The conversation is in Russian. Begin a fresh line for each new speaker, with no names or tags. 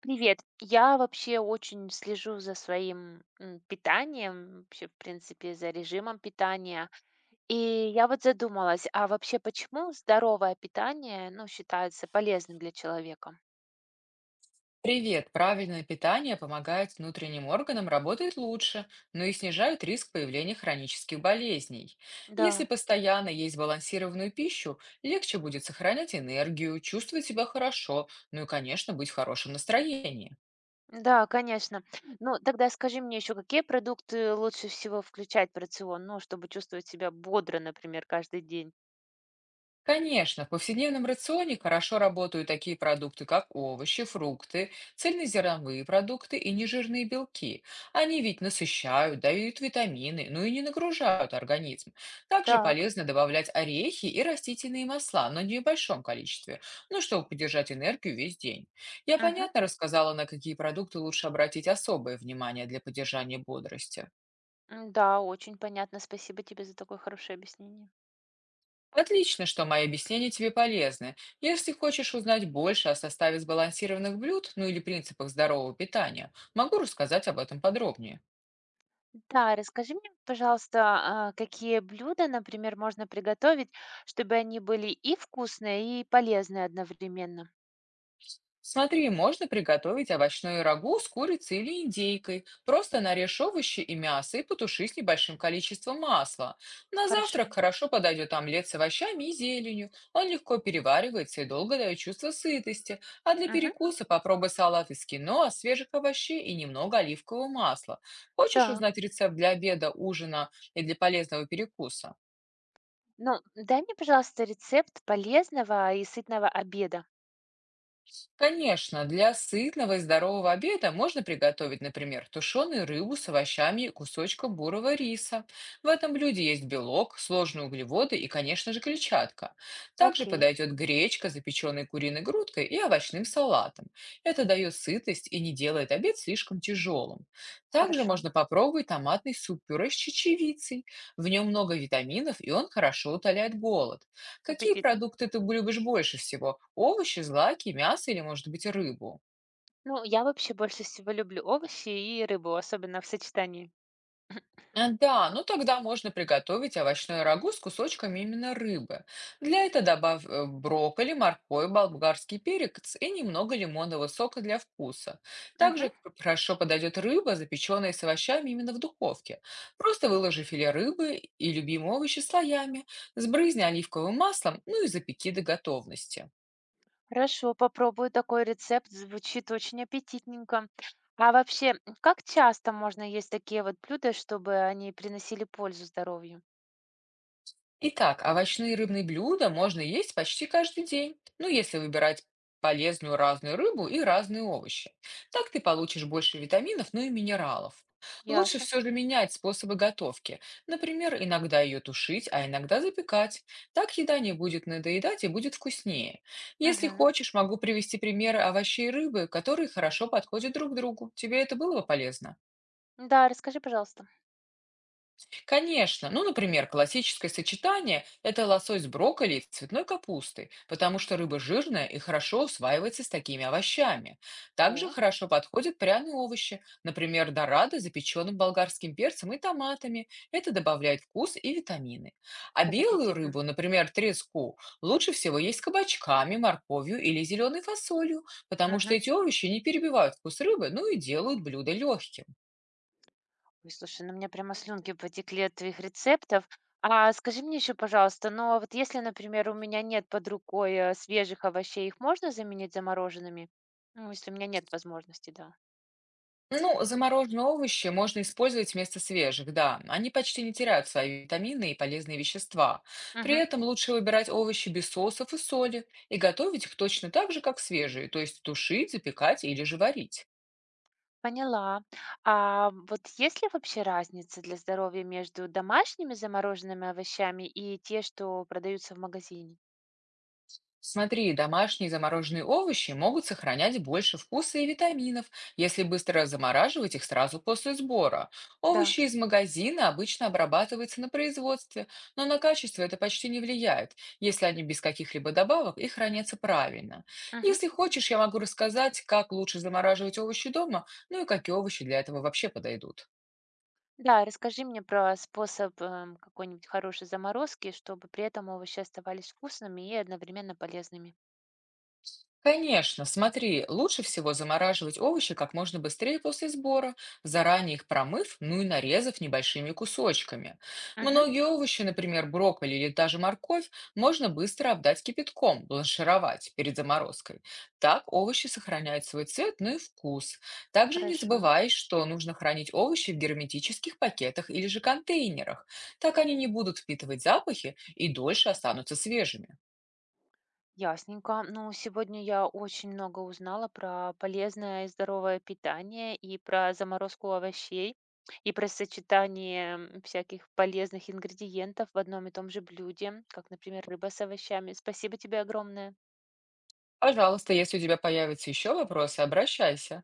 Привет. Я вообще очень слежу за своим питанием, вообще, в принципе, за режимом питания. И я вот задумалась, а вообще почему здоровое питание, ну, считается полезным для человека?
Привет! Правильное питание помогает внутренним органам работать лучше, но и снижает риск появления хронических болезней. Если
Да,
постоянно есть балансированную пищу, легче будет сохранять энергию, чувствовать себя хорошо, ну и, конечно, быть в хорошем настроении.
да, конечно. Ну, тогда скажи мне еще, какие продукты лучше всего включать в рацион, ну, чтобы чувствовать себя бодро, например, каждый день?
Конечно, в повседневном рационе хорошо работают такие продукты, как овощи, фрукты, цельнозерновые продукты и нежирные белки. Они ведь насыщают, дают витамины, ну и не нагружают организм. Также
Так.
полезно добавлять орехи и растительные масла, но не в большом количестве, ну, чтобы поддержать энергию весь день. Я
Мгм.
понятно рассказала, на какие продукты лучше обратить особое внимание для поддержания бодрости.
Да, очень понятно. Спасибо тебе за такое хорошее объяснение.
Отлично, что мои объяснения тебе полезны. Если хочешь узнать больше о составе сбалансированных блюд, ну или принципах здорового питания, могу рассказать об этом подробнее.
Да, расскажи мне, пожалуйста, а, какие блюда, например, можно приготовить, чтобы они были и вкусные, и полезные одновременно?
Смотри, можно приготовить овощное рагу с курицей или индейкой. Просто нарежь овощи и мясо и потуши с небольшим количеством масла. На
Хорошо.
завтрак хорошо подойдет омлет с овощами и зеленью. Он легко переваривается и долго дает чувство сытости. А для
Мгм.
перекуса попробуй салат из киноа, свежих овощей и немного оливкового масла. Хочешь
Так,
узнать рецепт для обеда, ужина и для полезного перекуса?
ну, дай мне, пожалуйста, рецепт полезного и сытного обеда.
Конечно, для сытного и здорового обеда можно приготовить, например, тушеную рыбу с овощами и кусочком бурого риса. В этом блюде есть белок, сложные углеводы и, конечно же, клетчатка. Также
Окей,
подойдет гречка, запеченная куриной грудкой и овощным салатом. Это дает сытость и не делает обед слишком тяжелым. Также
хорошо.
можно попробовать томатный суп-пюре с чечевицей. В нем много витаминов, и он хорошо утоляет голод. Какие
Аппетитно.
продукты ты любишь больше всего? Овощи, злаки, мясо или, может быть, рыбу?
Ну, я вообще больше всего люблю овощи и рыбу, особенно в сочетании.
А, да, ну тогда можно приготовить овощное рагу с кусочками именно рыбы. Для этого добавь брокколи, морковь, болгарский перец и немного лимонного сока для вкуса.
Мгм.
Также хорошо подойдет рыба, запеченная с овощами именно в духовке. Просто выложи филе рыбы и любимые овощи слоями, сбрызни оливковым маслом, ну и запеки до готовности.
Хорошо, попробую такой рецепт, звучит очень аппетитненько. А вообще, как часто можно есть такие вот блюда, чтобы они приносили пользу здоровью?
Итак, овощные и рыбные блюда можно есть почти каждый день, ну если выбирать полезную разную рыбу и разные овощи. Так ты получишь больше витаминов, ну и минералов. Лучше
Ясно.
все же менять способы готовки. Например, иногда ее тушить, а иногда запекать. Так еда не будет надоедать и будет вкуснее. Если
Мгм.
хочешь, могу привести примеры овощей и рыбы, которые хорошо подходят друг другу. Тебе это было бы полезно?
Да, расскажи, пожалуйста.
Конечно. Ну, например, классическое сочетание – это лосось с брокколи и цветной капустой, потому что рыба жирная и хорошо усваивается с такими овощами. Также
О,
хорошо подходят пряные овощи, например, дорадо, запеченным болгарским перцем и томатами. Это добавляет вкус и витамины. А
как
белую
аппетитно.
рыбу, например, треску, лучше всего есть с кабачками, морковью или зеленой фасолью, потому что
Мгм.
эти овощи не перебивают вкус рыбы, ну и делают блюдо легким.
Ой, слушай, ну у меня прямо слюнки потекли от твоих рецептов. А скажи мне еще, пожалуйста, ну а вот если, например, у меня нет под рукой свежих овощей, их можно заменить замороженными? Ну, если у меня нет возможности, да.
Ну, замороженные овощи можно использовать вместо свежих, да. Они почти не теряют свои витамины и полезные вещества. При
Мгм.
этом лучше выбирать овощи без соусов и соли и готовить их точно так же, как свежие, то есть тушить, запекать или же варить.
Поняла. А вот есть ли вообще разница для здоровья между домашними замороженными овощами и те, что продаются в магазине?
Смотри, домашние замороженные овощи могут сохранять больше вкуса и витаминов, если быстро замораживать их сразу после сбора.
Да.
Овощи из магазина обычно обрабатываются на производстве, но на качество это почти не влияет, если они без каких-либо добавок и хранятся правильно.
Мгм.
Если хочешь, я могу рассказать, как лучше замораживать овощи дома, ну и какие овощи для этого вообще подойдут.
Да, расскажи мне про способ какой-нибудь хорошей заморозки, чтобы при этом овощи оставались вкусными и одновременно полезными.
Конечно, смотри, лучше всего замораживать овощи как можно быстрее после сбора, заранее их промыв, ну и нарезав небольшими кусочками.
Мгм.
Многие овощи, например, брокколи или даже морковь, можно быстро обдать кипятком, бланшировать перед заморозкой. Так овощи сохраняют свой цвет, ну и вкус. Также не
Хорошо.
забывай, что нужно хранить овощи в герметических пакетах или же контейнерах. Так они не будут впитывать запахи и дольше останутся свежими.
Ясненько. Ну, сегодня я очень много узнала про полезное и здоровое питание, и про заморозку овощей, и про сочетание всяких полезных ингредиентов в одном и том же блюде, как, например, рыба с овощами. Спасибо тебе огромное.
Пожалуйста, если у тебя появятся еще вопросы, обращайся.